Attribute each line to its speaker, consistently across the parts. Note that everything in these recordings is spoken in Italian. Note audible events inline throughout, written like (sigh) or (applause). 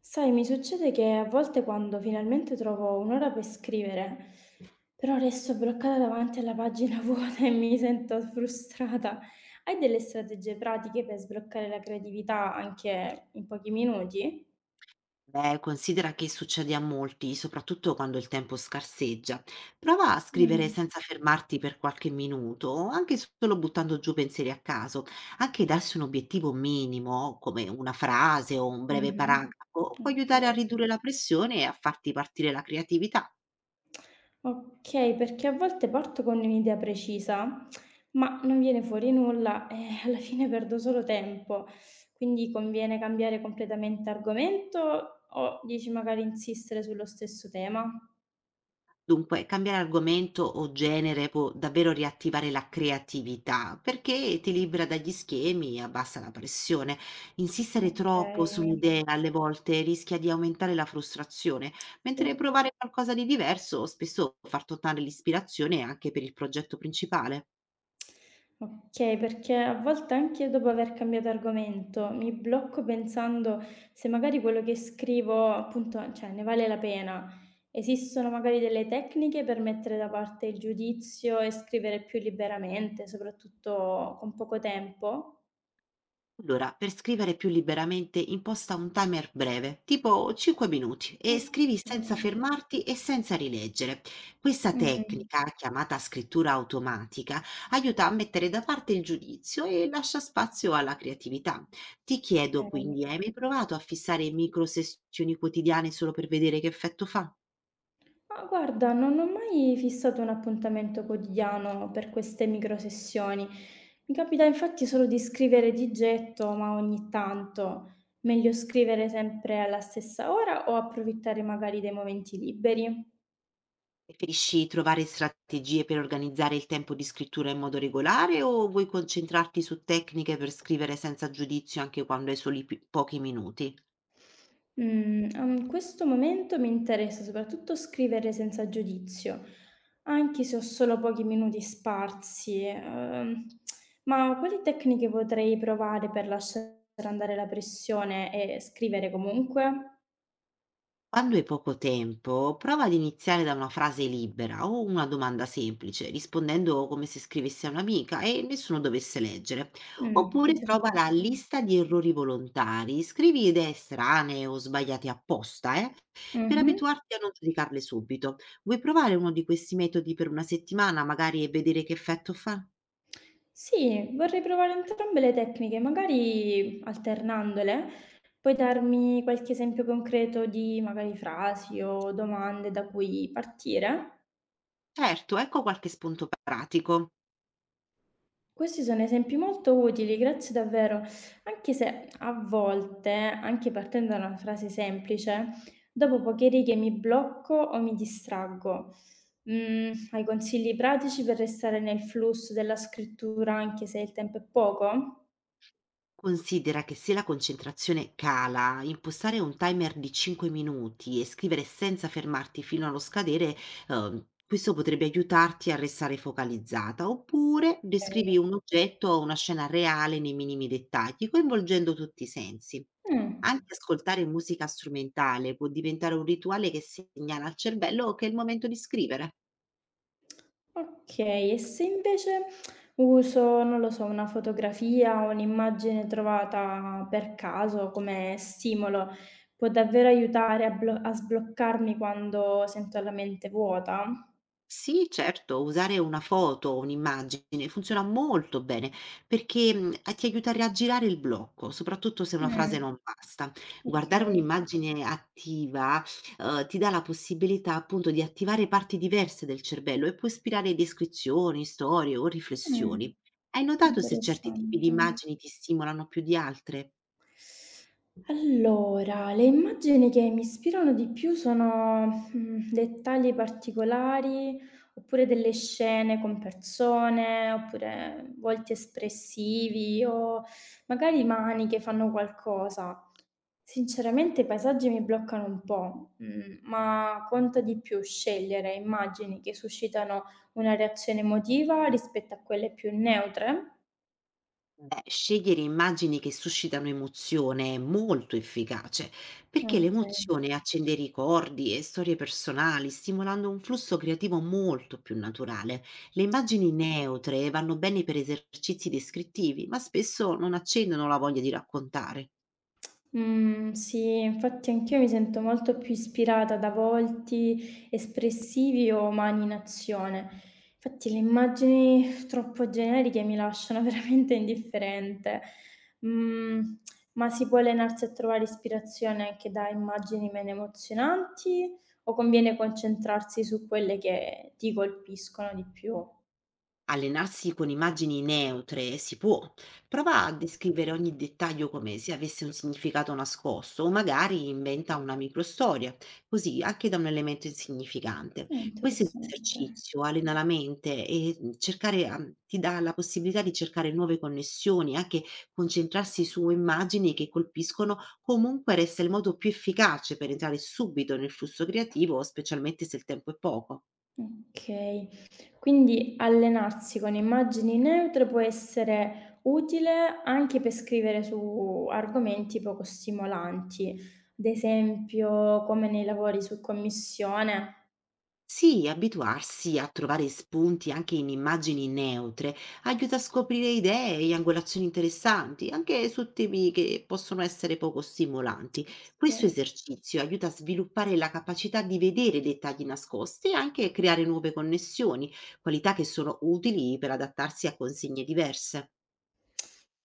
Speaker 1: Sai, mi succede che a volte quando finalmente trovo un'ora per scrivere, però resto bloccata davanti alla pagina (laughs) vuota e mi sento frustrata. Hai delle strategie pratiche per sbloccare la creatività anche in pochi minuti?
Speaker 2: Beh, considera che succede a molti, soprattutto quando il tempo scarseggia. Prova a scrivere
Speaker 1: Mm.
Speaker 2: senza fermarti per qualche minuto, o anche solo buttando giù pensieri a caso. Anche darsi un obiettivo minimo, come una frase o un breve
Speaker 1: Mhm.
Speaker 2: paragrafo, può
Speaker 1: Ok.
Speaker 2: aiutare a ridurre la pressione e a farti partire la creatività.
Speaker 1: Okay, perché a volte parto con un'idea precisa, ma non viene fuori nulla e (laughs) alla fine perdo solo tempo. Quindi conviene cambiare completamente argomento o dici magari insistere sullo stesso tema?
Speaker 2: Dunque, cambiare argomento o genere può davvero riattivare la creatività, perché ti libera dagli schemi e abbassa la pressione. Insistere troppo su
Speaker 1: Okay,
Speaker 2: un'idea alle volte rischia di aumentare la frustrazione, mentre
Speaker 1: sì.
Speaker 2: provare qualcosa di diverso spesso far tornare l'ispirazione anche per il progetto principale.
Speaker 1: Okay, perché a volte anche dopo aver cambiato argomento mi blocco pensando se magari quello che scrivo appunto, cioè ne vale la pena. Esistono magari delle tecniche per mettere da parte il giudizio e scrivere più liberamente, soprattutto con poco tempo?
Speaker 2: Allora, per scrivere più liberamente imposta un timer breve, tipo 5 minuti, e scrivi senza
Speaker 1: Okay.
Speaker 2: fermarti e senza rileggere. Questa
Speaker 1: Mh-mh.
Speaker 2: tecnica, chiamata scrittura automatica, aiuta a mettere da parte il giudizio e lascia spazio alla creatività. Ti chiedo
Speaker 1: Okay.
Speaker 2: quindi, hai mai provato a fissare micro sessioni quotidiane solo per vedere che effetto fa?
Speaker 1: Ma guarda, non ho mai fissato un appuntamento quotidiano per queste microsessioni. Mi capita infatti solo di scrivere di getto, ma ogni tanto. Meglio scrivere sempre alla stessa ora o approfittare magari dei momenti liberi?
Speaker 2: Preferisci trovare strategie per organizzare il tempo di scrittura in modo regolare o vuoi concentrarti su tecniche per scrivere senza giudizio anche quando hai soli pochi minuti?
Speaker 1: Mhmm, in questo momento mi interessa soprattutto scrivere senza giudizio, anche se ho solo pochi minuti sparsi, ma quali tecniche potrei provare per lasciare andare la pressione e scrivere comunque?
Speaker 2: Quando hai poco tempo, prova ad iniziare da una frase libera o una domanda semplice, rispondendo come se scrivessi a un'amica e nessuno dovesse leggere. Oppure prova
Speaker 1: Interessante.
Speaker 2: la lista di errori volontari, scrivi idee strane o sbagliate apposta, per
Speaker 1: Mh-mh.
Speaker 2: abituarti a non giudicarle subito. Vuoi provare uno di questi metodi per una settimana, magari, e vedere che effetto fa?
Speaker 1: Sì, vorrei provare entrambe le tecniche, magari alternandole. Puoi darmi qualche esempio concreto di magari frasi o domande da cui partire?
Speaker 2: Certo, ecco qualche spunto pratico.
Speaker 1: Questi sono esempi molto utili, grazie davvero. Anche se a volte, anche partendo da una frase semplice, dopo poche righe mi blocco o mi distraggo. Mm, hai consigli pratici per restare nel flusso della scrittura anche se il tempo è poco?
Speaker 2: Considera che se la concentrazione cala, impostare un timer di 5 minuti e scrivere senza fermarti fino allo scadere, questo potrebbe aiutarti a restare focalizzata. Oppure descrivi
Speaker 1: Ok.
Speaker 2: un oggetto o una scena reale nei minimi dettagli, coinvolgendo tutti i sensi.
Speaker 1: Mm.
Speaker 2: Anche ascoltare musica strumentale può diventare un rituale che segnala al cervello che è il momento di scrivere.
Speaker 1: Okay, e se invece uso, non lo so, una fotografia o un'immagine trovata per caso come stimolo, può davvero aiutare a blo a sbloccarmi quando sento la mente vuota?
Speaker 2: Sì, certo, usare una foto o un'immagine funziona molto bene perché ti aiuta a raggirare il blocco, soprattutto se una
Speaker 1: Mh,
Speaker 2: frase non basta. Guardare
Speaker 1: okay.
Speaker 2: un'immagine attiva, ti dà la possibilità appunto di attivare parti diverse del cervello e può ispirare descrizioni, storie o
Speaker 1: Mh,
Speaker 2: riflessioni. Hai notato se certi tipi di
Speaker 1: interessante.
Speaker 2: immagini ti stimolano più di altre?
Speaker 1: Allora, le immagini che mi ispirano di più sono, dettagli particolari, oppure delle scene con persone, oppure volti espressivi o magari mani che fanno qualcosa. Sinceramente i paesaggi mi bloccano un po', ma conta di più scegliere immagini che suscitano una reazione emotiva rispetto a quelle più neutre.
Speaker 2: Beh, scegliere immagini che suscitano emozione è molto efficace, perché
Speaker 1: Okay.
Speaker 2: l'emozione accende ricordi e storie personali, stimolando un flusso creativo molto più naturale. Le immagini neutre vanno bene per esercizi descrittivi, ma spesso non accendono la voglia di raccontare.
Speaker 1: Mhmm, sì, infatti anch'io mi sento molto più ispirata da volti espressivi o mani in azione. Infatti le immagini troppo generiche mi lasciano (laughs) veramente indifferente. Mhmm, ma si può allenarsi a trovare ispirazione anche da immagini meno emozionanti o conviene concentrarsi su quelle che ti colpiscono di più?
Speaker 2: Allenarsi con immagini neutre si può. Prova a descrivere ogni dettaglio come se avesse un significato nascosto o magari inventa una microstoria, così anche da un elemento insignificante. Questo
Speaker 1: Interessante.
Speaker 2: esercizio allena la mente e ti dà la possibilità di cercare nuove connessioni, anche concentrarsi su immagini che colpiscono, comunque resta il modo più efficace per entrare subito nel flusso creativo, specialmente se il tempo è poco.
Speaker 1: Okay. Quindi allenarsi con immagini neutre può essere utile anche per scrivere su argomenti poco stimolanti, ad esempio come nei lavori su commissione.
Speaker 2: Sì, abituarsi a trovare spunti anche in immagini neutre aiuta a scoprire idee e angolazioni interessanti, anche su temi che possono essere poco stimolanti. Questo
Speaker 1: Sì.
Speaker 2: esercizio aiuta a sviluppare la capacità di vedere dettagli nascosti e anche creare nuove connessioni, qualità che sono utili per adattarsi a consegne diverse.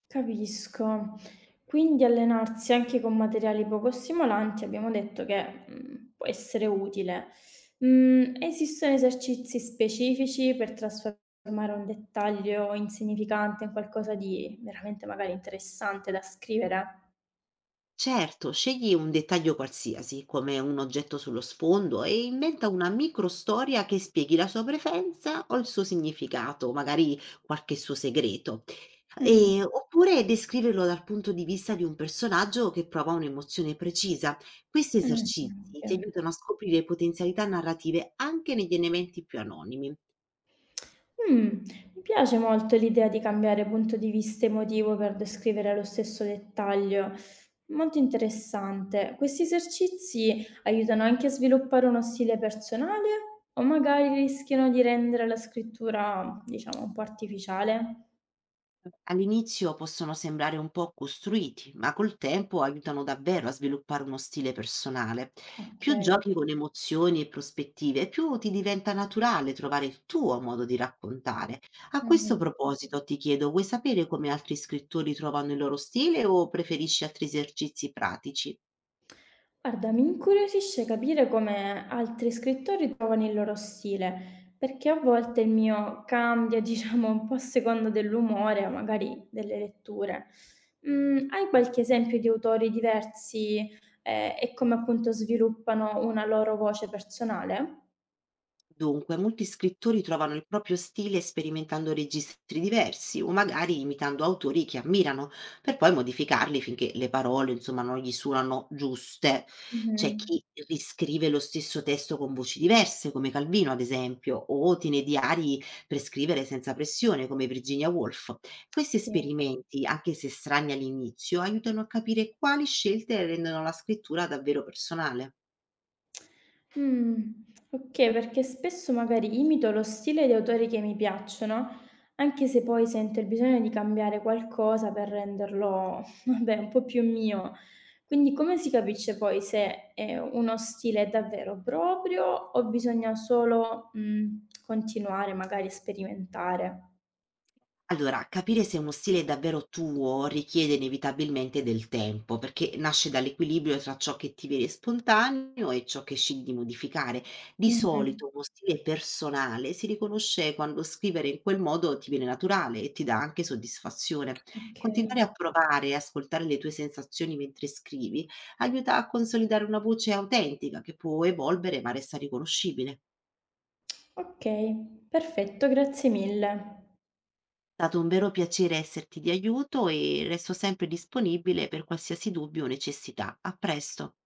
Speaker 1: Capisco. Quindi allenarsi anche con materiali poco stimolanti abbiamo detto che, può essere utile. Esistono esercizi specifici per trasformare un dettaglio insignificante in qualcosa di veramente magari interessante da scrivere?
Speaker 2: Certo, scegli un dettaglio qualsiasi, come un oggetto sullo sfondo, e inventa una microstoria che spieghi la sua preferenza o il suo significato, magari qualche suo segreto.
Speaker 1: Mh,
Speaker 2: Oppure descriverlo dal punto di vista di un personaggio che prova un'emozione precisa. Questi esercizi
Speaker 1: anche.
Speaker 2: ti aiutano a scoprire potenzialità narrative anche negli elementi più anonimi.
Speaker 1: Mh, mi piace molto l'idea di cambiare punto di vista emotivo per descrivere lo stesso dettaglio. Molto interessante. Questi esercizi aiutano anche a sviluppare uno stile personale o magari rischiano di rendere la scrittura, diciamo, un po' artificiale?
Speaker 2: All'inizio possono sembrare un po' costruiti, ma col tempo aiutano davvero a sviluppare uno stile personale. Più
Speaker 1: Okay.
Speaker 2: giochi con emozioni e prospettive, più ti diventa naturale trovare il tuo modo di raccontare. A questo
Speaker 1: Mh-mh.
Speaker 2: proposito ti chiedo, vuoi sapere come altri scrittori trovano il loro stile o preferisci altri esercizi pratici?
Speaker 1: Guarda, mi incuriosisce capire come altri scrittori trovano il loro stile, perché a volte il mio cambia, (laughs) diciamo, un po' a seconda dell'umore o magari delle letture. Hai qualche esempio di autori diversi, e come appunto sviluppano una loro voce personale?
Speaker 2: Dunque, molti scrittori trovano il proprio stile sperimentando registri diversi o magari imitando autori che ammirano, per poi modificarli finché le parole, insomma, non gli suonano giuste. C'è
Speaker 1: Mhm.
Speaker 2: chi riscrive lo stesso testo con voci diverse, come Calvino, ad esempio, o tiene diari per scrivere senza pressione, come Virginia Woolf. Questi
Speaker 1: Sì.
Speaker 2: esperimenti, anche se strani all'inizio, aiutano a capire quali scelte rendono la scrittura davvero personale.
Speaker 1: Mh, okay, perché spesso magari imito lo stile di autori che mi piacciono, anche se poi sento il bisogno di cambiare qualcosa per renderlo, (laughs) vabbè, un po' più mio. Quindi come si capisce poi se, uno stile è davvero proprio o bisogna solo, continuare magari a sperimentare?
Speaker 2: Allora, capire se uno stile è davvero tuo richiede inevitabilmente del tempo, perché nasce dall'equilibrio tra ciò che ti viene spontaneo e ciò che scegli di modificare. Di
Speaker 1: Mh-mh,
Speaker 2: solito uno stile personale si riconosce quando scrivere in quel modo ti viene naturale e ti dà anche soddisfazione. Continuare
Speaker 1: okay.
Speaker 2: a provare e ascoltare le tue sensazioni mentre scrivi aiuta a consolidare una voce autentica che può evolvere ma resta riconoscibile.
Speaker 1: Okay, perfetto, grazie mille.
Speaker 2: È stato un vero piacere esserti di aiuto e resto sempre disponibile per qualsiasi dubbio o necessità. A presto.